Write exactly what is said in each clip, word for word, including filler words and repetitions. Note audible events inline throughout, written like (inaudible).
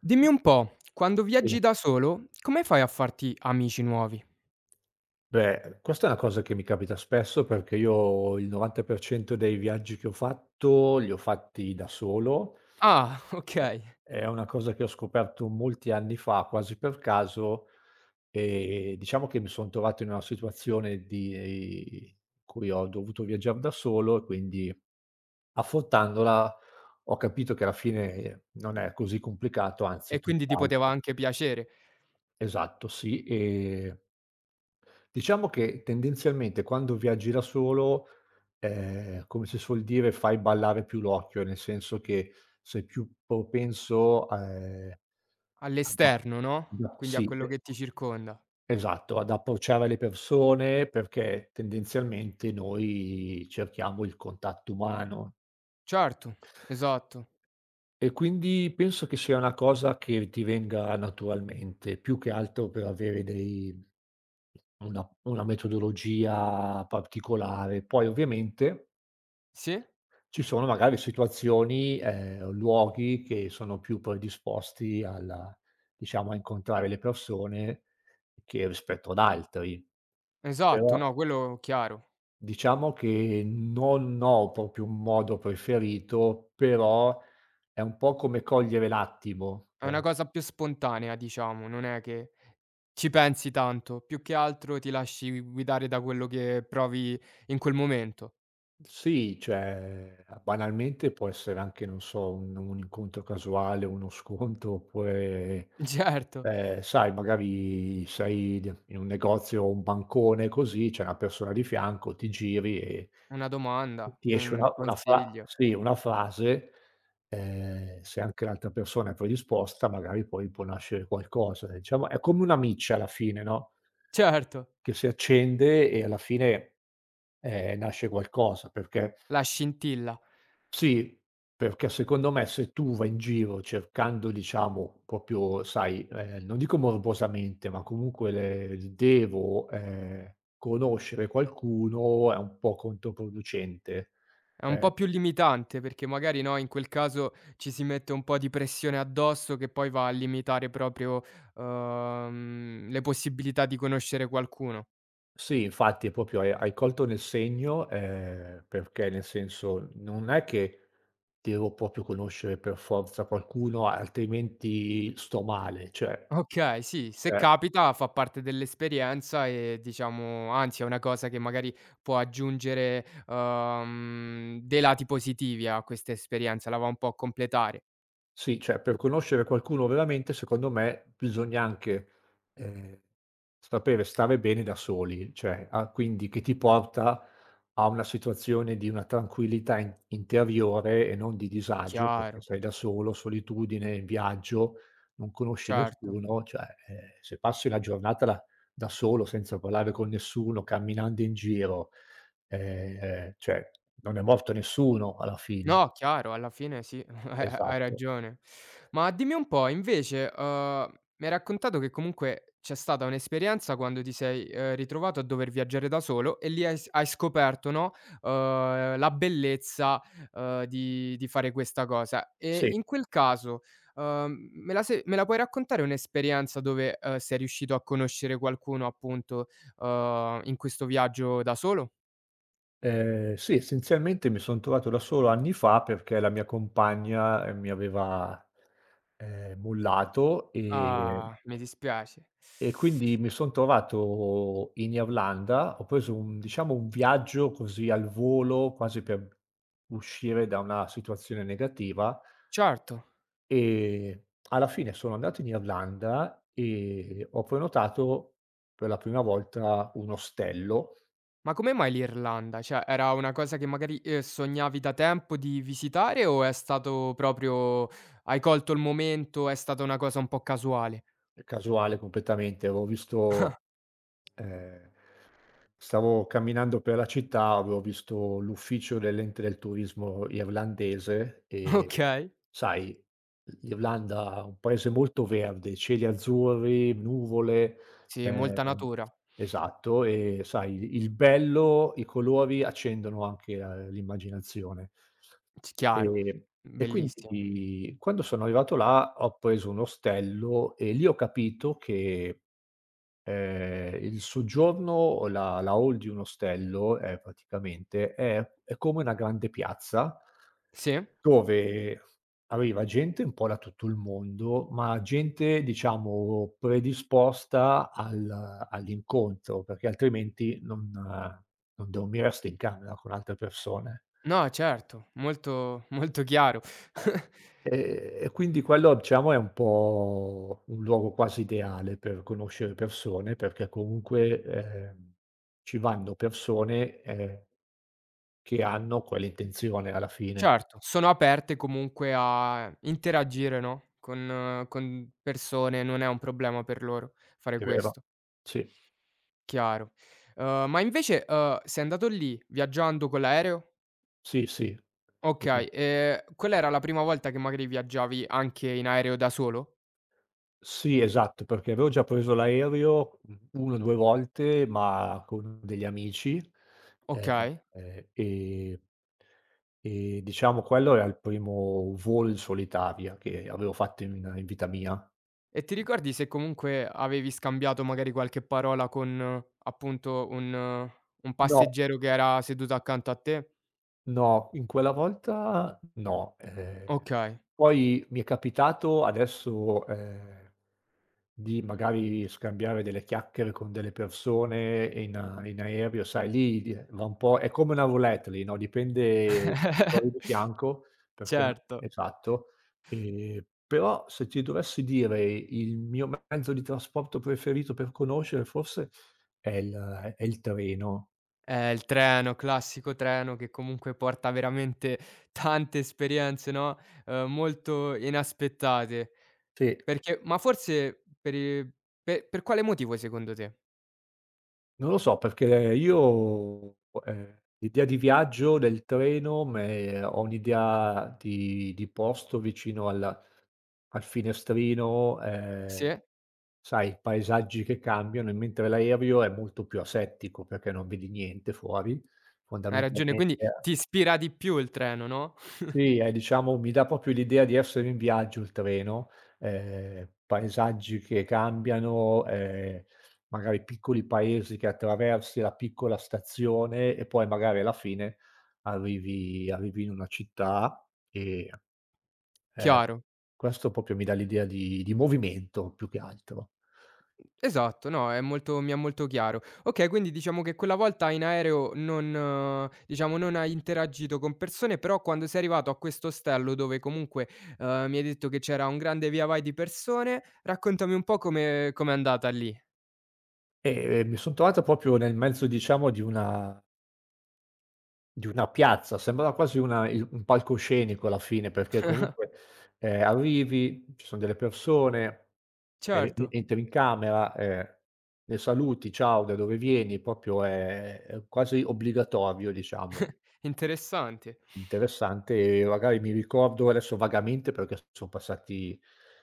Dimmi un po', quando Sì. viaggi da solo, come fai a farti amici nuovi? Beh, questa è una cosa che mi capita spesso perché io il novanta per cento dei viaggi che ho fatto li ho fatti da solo. Ah, (laughs) È okay. è una cosa che ho scoperto molti anni fa, quasi per caso, e diciamo che mi son trovato in una situazione di eh, in cui ho dovuto viaggiar da solo e quindi affrontandola ho capito che alla fine eh, non è così complicato, anzi E quindi ti poteva tutt'altro. anche piacere. Esatto, sì. ehm Diciamo che tendenzialmente quando viaggi da solo, ehm, come si suol dire, fai ballare più l'occhio, nel senso che sei più propenso, ehm, ad a All'esterno, ad no, a quindi a sì, quello e che ti circonda. esatto, ad approcciare le persone perché tendenzialmente noi cerchiamo il contatto umano. Certo, esatto. E quindi penso che sia una cosa che ti venga naturalmente, più che altro per avere dei una una metodologia particolare. Poi ovviamente Sì, ci sono magari situazioni, ehm, luoghi che sono più predisposti alla diciamo a incontrare le persone che rispetto ad altri. esatto, Però no, quello chiaro. diciamo che non ho proprio un modo preferito, però è un po' come cogliere l'attimo. È una ehm cosa più spontanea, diciamo, non è che ci pensi tanto, più che altro ti lasci guidare da quello che provi in quel momento. (laughs) Sì, cioè, banalmente può essere anche, non so, un un incontro casuale, uno sconto oppure, Certo, ehm, sai magari sei d in un negozio o un bancone così, c'è una persona di fianco, ti giri e una domanda, ti esce un una una fra consiglio. sì, una frase, ehm, se anche l'altra persona è predisposta magari poi può nascere qualcosa. Diciamo è come una miccia alla fine, no, Certo, che si accende e alla fine, ehm, nasce qualcosa perché la scintilla. sì, perché secondo me se tu vai in giro cercando diciamo proprio sai, ehm, non dico morbosamente, ma comunque le il devo, ehm, conoscere qualcuno è un po' controproducente. È un po' Ehm più limitante perché magari, no, in quel caso ci si mette un po' di pressione addosso che poi va a limitare proprio, uhm, le possibilità di conoscere qualcuno. sì, infatti proprio hai hai colto nel segno, ehm, perché nel senso non è che devo proprio conoscere per forza qualcuno, altrimenti sto male, cioè. Okay, sì, se eh capita fa parte dell'esperienza e diciamo anzi è una cosa che magari può aggiungere, uhm, dei lati positivi a questa esperienza, la va un po' a completare. Sì, cioè per conoscere qualcuno veramente, secondo me, bisogna anche, ehm, sapere stare bene da soli, cioè a quindi che ti porta a una situazione di una tranquillità in interiore e non di disagio, perché Chiaro, sei da solo, solitudine, in viaggio, non conosci certo. nessuno, cioè, ehm, se passi la giornata da da solo, senza parlare con nessuno, camminando in giro, ehm, cioè non è morto nessuno alla fine. No, chiaro, alla fine sì, (laughs) ha hai Esatto. ragione. Ma dimmi un po', invece, uhm, mi hai raccontato che comunque c'è stata un'esperienza quando ti sei, ehm, ritrovato a dover viaggiare da solo e lì hai s hai scoperto, no, uhm, la bellezza, uhm, di di fare questa cosa. E Sì. in quel caso, uhm, me la se me la puoi raccontare un'esperienza dove, uhm, sei riuscito a conoscere qualcuno appunto, uhm, in questo viaggio da solo? Ehm, sì, essenzialmente mi son trovato da solo anni fa perché la mia compagna, ehm, mi aveva, ehm, mollato, ehm, Ah, mi dispiace. e quindi mi son trovato in Irlanda. Ho preso un, diciamo, un viaggio così al volo, quasi per uscire da una situazione negativa. Certo. ehm, Alla fine sono andato in Irlanda e ho prenotato per la prima volta un ostello. Ma come mai l'Irlanda? Cioè, era una cosa che magari, ehm, sognavi da tempo di visitare o è stato proprio hai colto il momento, è stata una cosa un po' casuale? Casuale completamente. Avevo visto ehm, Stavo camminando per la città, avevo visto l'ufficio dell'ente del turismo irlandese (laughs) e Okay. sai, l'Irlanda è un paese molto verde, cieli azzurri, nuvole. Sì, molta ehm natura. esatto, e sai il bello, i colori accendono anche, ehm, l'immaginazione. C chiaro, Ehm, e bellissimo. quindi quando sono arrivato là ho preso un ostello e lì ho capito che, ehm, il soggiorno o la la hall di un ostello è praticamente è è come una grande piazza Sì? dove arriva gente un po' da tutto il mondo, ma gente diciamo predisposta al all'incontro, perché altrimenti non eh, non dormiresti in camera con altre persone. No, certo, molto molto chiaro. (laughs) E e quindi quello diciamo è un po' un luogo quasi ideale per conoscere persone, perché comunque, ehm, ci vanno persone, ehm, che hanno quell'intenzione alla fine, Certo, sono aperte comunque a interagire, no, con eh, con persone, non è un problema per loro fare è vero. questo. Sì, Chiaro. Uhm, ma invece, uhm, sei andato lì viaggiando con l'aereo? sì, sì. Okay, ehm, quella era la prima volta che magari viaggiavi anche in aereo da solo? Sì, esatto, perché avevo già preso l'aereo, mhmm, una o due volte, ma con degli amici, ehm, Okay. ehm, e e diciamo quello era il primo volo in solitaria che avevo fatto in in vita mia. E ti ricordi se comunque avevi scambiato magari qualche parola con, eh, appunto, un eh, un No. passeggero che era seduto accanto a te? No, in quella volta no. Ehm, Okay. poi mi è capitato adesso, ehm, di magari scambiare delle chiacchiere con delle persone in in aereo, sai lì di va un po', è come una roulette lì, no, dipende chi trovi di (laughs) fianco perché n Certo. esatto. Ehm, però se ti dovessi dire il mio mezzo di trasporto preferito per conoscere forse è il è il treno. Eh, il treno, classico treno che comunque porta veramente tante esperienze, no, uhm, molto inaspettate. Sì. Perché ma forse per i pe per quale motivo secondo te? Non lo so perché io, ehm, l'idea di viaggio del treno me ho un'idea di di posto vicino al al finestrino, Sì? Ehm, eh? sai paesaggi che cambiano, e mentre l'aereo è molto più asettico perché non vedi niente fuori, Hai ragione, fondamentalmente quindi ti ispira di più il treno, no, sì, è diciamo mi dà proprio l'idea di essere in viaggio il treno, ehm, paesaggi che cambiano, ehm, magari piccoli paesi che attraversi, la piccola stazione e poi magari alla fine arrivi arrivi in una città e, ehm, chiaro. questo proprio mi dà l'idea di di movimento più che altro. Esatto, no, è molto mi è molto chiaro. Okay, quindi diciamo che quella volta in aereo non diciamo, non hai interagito con persone, però quando sei arrivato a questo ostello dove comunque, uhm, mi hai detto che c'era un grande via vai di persone, raccontami un po' come com'è andata lì. E eh, mi son trovato proprio nel mezzo, diciamo, di una Di una piazza, sembrava quasi una il un palcoscenico alla fine, perché comunque, ehm, arrivi, ci son delle persone, e e Certo, entri in camera, ehm, le saluti: "Ciao, da dove vieni?" Proprio è è quasi obbligatorio, diciamo. interessante. Interessante, e magari mi ricordo adesso vagamente, perché son passati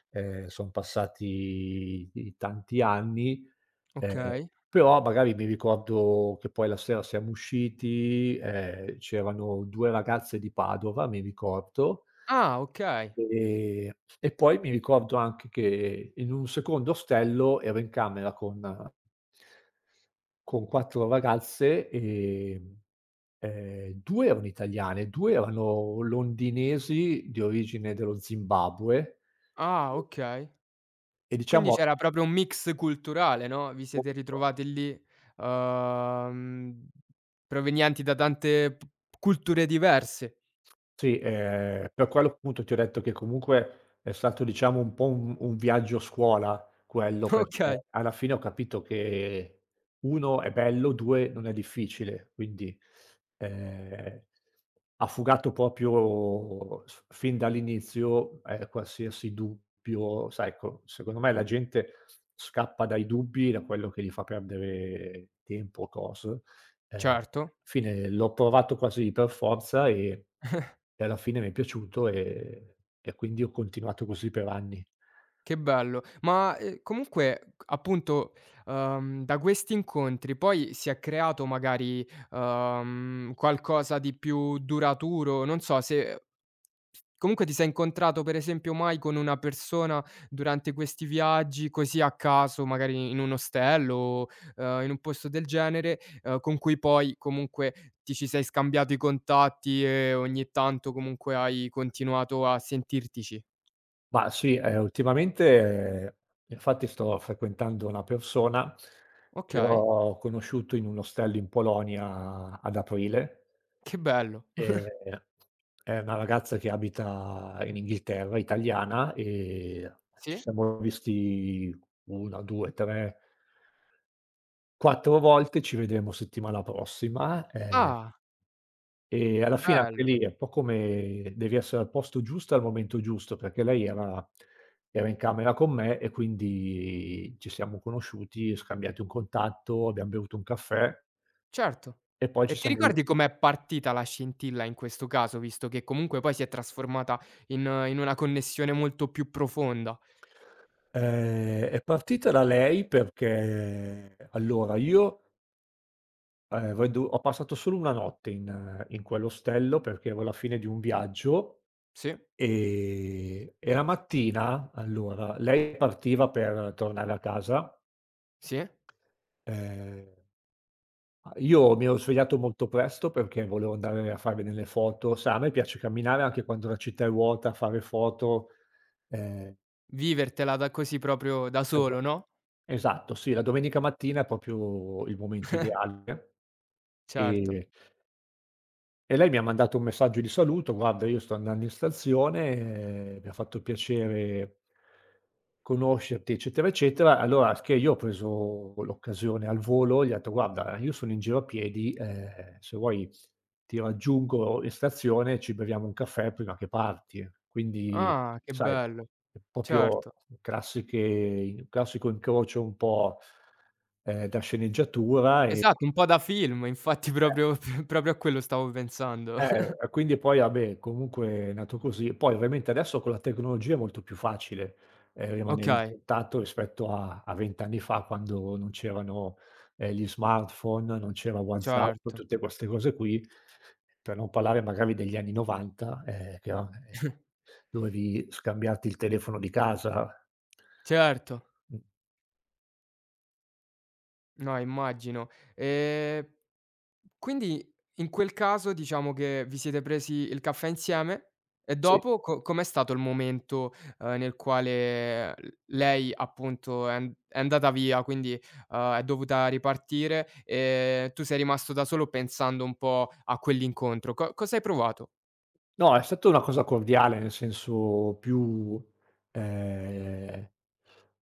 ehm, son passati i tanti anni. Ehm, Okay. però magari mi ricordo che poi la sera siamo usciti, ehm, c'erano due ragazze di Padova, mi ricordo. Ah, okay. ehm, e poi mi ricordo anche che in un secondo ostello ero in camera con con quattro ragazze, ehm, ehm, due erano italiane, due erano londinesi di origine dello Zimbabwe Ah, okay. e Quindi diciamo c'era proprio un mix culturale, no, vi siete (unintelligible) ritrovati lì, uhm, provenienti da tante p culture diverse. Sì, ehm, per quello appunto ti ho detto che comunque è stato diciamo un po' un un viaggio scuola quello. Mh. (laughs) Okay, Perché alla fine ho capito che uno è bello, due non è difficile, quindi, ehm, ha fugato proprio s fin dall'inizio, ehm, qualsiasi dubbio, sai ecco, secondo me la gente scappa dai dubbi, da quello che gli fa perdere tempo o cose. Ehm, certo, Fine l'ho provato quasi per forza e e alla fine mi è piaciuto e e quindi ho continuato così per anni. che bello. Ma, ehm, comunque c appunto, uhm, da questi incontri poi si è creato magari, uhm, qualcosa di più duraturo? Non so se Comunque ti sei incontrato per esempio mai con una persona durante questi viaggi, così a caso, magari in un ostello o, ehm, in un posto del genere, ehm, con cui poi comunque ti ci sei scambiato i contatti e ogni tanto comunque hai continuato a sentirtici? Ma sì, ehm, ultimamente infatti sto frequentando una persona che Okay, ho conosciuto in un ostello in Polonia ad aprile. che bello. (laughs) Ehm, è una ragazza che abita in Inghilterra, italiana, e ci Sì? siamo visti una, due, tre quattro volte, ci vedremo settimana prossima, ehm, Ah, e alla fine anche bello. lì è un po' come devi essere al posto giusto al momento giusto, perché lei era era in camera con me e quindi ci siamo conosciuti, scambiati un contatto, abbiam bevuto un caffè Certo. e poi E ci ti siamo ri ricordi com'è partita la scintilla in questo caso, visto che comunque poi si è trasformata in in una connessione molto più profonda? ehm, è partita da lei perché allora io, ehm, avevo do ho passato solo una notte in in quell'ostello perché ero alla fine di un viaggio. Sì. Ehm, e la mattina allora, lei partiva per tornare a casa. Sì? Ehm, a Io mi ero svegliato molto presto perché volevo andare a farmi delle foto, sai a me piace camminare anche quando la città è vuota, fare foto. ehm Vivertela da così proprio da esa solo, no, esatto, sì, la domenica mattina è proprio il momento ideale. certo. ehm E lei mi ha mandato un messaggio di saluto: "Guarda, io sto andando in stazione, eh, mi ha fatto piacere conoscerti", eccetera, eccetera. Allora, s che io ho preso l'occasione al volo, gli ho detto: "Guarda, io sono in giro a piedi, ehm, se vuoi ti raggiungo in stazione e ci beviamo un caffè prima che parti". Quindi, Ah, che sai, bello, è proprio certo. classiche classico incrocio un po', ehm, da sceneggiatura. E Esatto, un po' da film, infatti proprio (laughs) proprio a quello stavo pensando. Eh, (laughs) e quindi poi vabbè, comunque è nato così. Poi ovviamente adesso con la tecnologia è molto più facile, ehm, rimanere in Okay, contatto rispetto a a venti anni fa quando non c'erano, ehm, gli smartphone, non c'era WhatsApp, certo, tutte queste cose qui, per non parlare magari degli anni 'novanta, ehm, che era ehm, dovevi scambiarti il telefono di casa. certo. Mh, No, immagino. Ehm, quindi in quel caso diciamo che vi siete presi il caffè insieme e sì. dopo co com'è stato il momento, ehm, nel quale l lei appunto è an è andata via, quindi, ehm, è dovuta ripartire e tu sei rimasto da solo pensando un po' a quell'incontro. Co cosa hai provato? No, è stata una cosa cordiale, nel senso più ehm,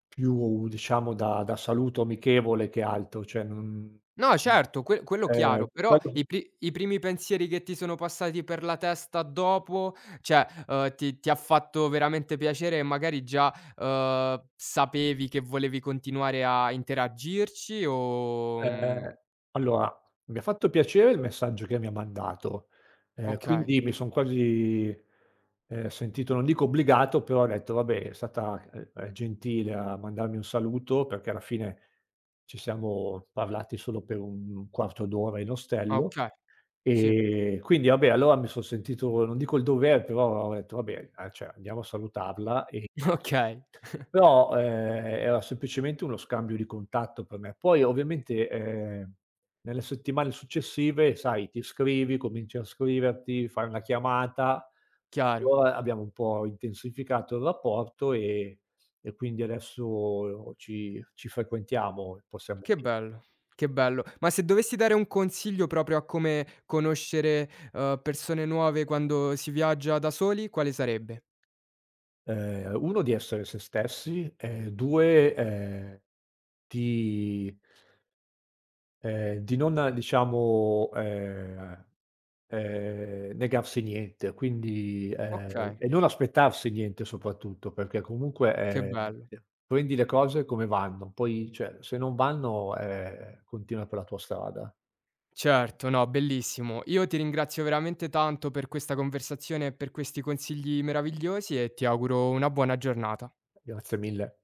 più diciamo da da saluto amichevole che altro, cioè non. No mhmm, certo, que quello chiaro, ehm, però i quello pri i primi pensieri che ti sono passati per la testa dopo, cioè, uhm, ti ti ha fatto veramente piacere e magari già, uhm, sapevi che volevi continuare a interagirci o mhmm, ehm, allora, mi ha fatto piacere il messaggio che mi ha mandato, ehm, okay, quindi mi son quasi, ehm, sentito, non dico obbligato, però ho detto: "Vabbè, è stata, ehm, ehm, gentile a mandarmi un saluto", perché alla fine ci siamo parlati solo per un quarto d'ora in ostello. okay, sì, Ehm, quindi vabbè, allora mi son sentito, non dico il dovere, però ho detto: "Vabbè, a cioè andiamo a salutarla", ehm, (laughs) okay, però, ehm, era semplicemente uno scambio di contatto per me. Poi ovviamente, ehm, nelle settimane successive, sai, ti scrivi, cominci a scriverti, fai una chiamata, chiaro. allora abbiamo un po' intensificato il rapporto e e quindi adesso ci ci frequentiamo, possiamo. Che Di bello, che bello. Ma se dovessi dare un consiglio proprio a come conoscere, uhm, persone nuove quando si viaggia da soli, quale sarebbe? Ehm, uno di essere se stessi e due, ehm, di ehm, di non, diciamo, ehm, ehm, negarsi niente, quindi ehm, Okay, e non aspettarsi niente soprattutto, perché comunque, che ehm, bello. prendi le cose come vanno, poi cioè se non vanno, ehm, continua per la tua strada. Certo, no, bellissimo. Io ti ringrazio veramente tanto per questa conversazione e per questi consigli meravigliosi e ti auguro una buona giornata. Grazie mille.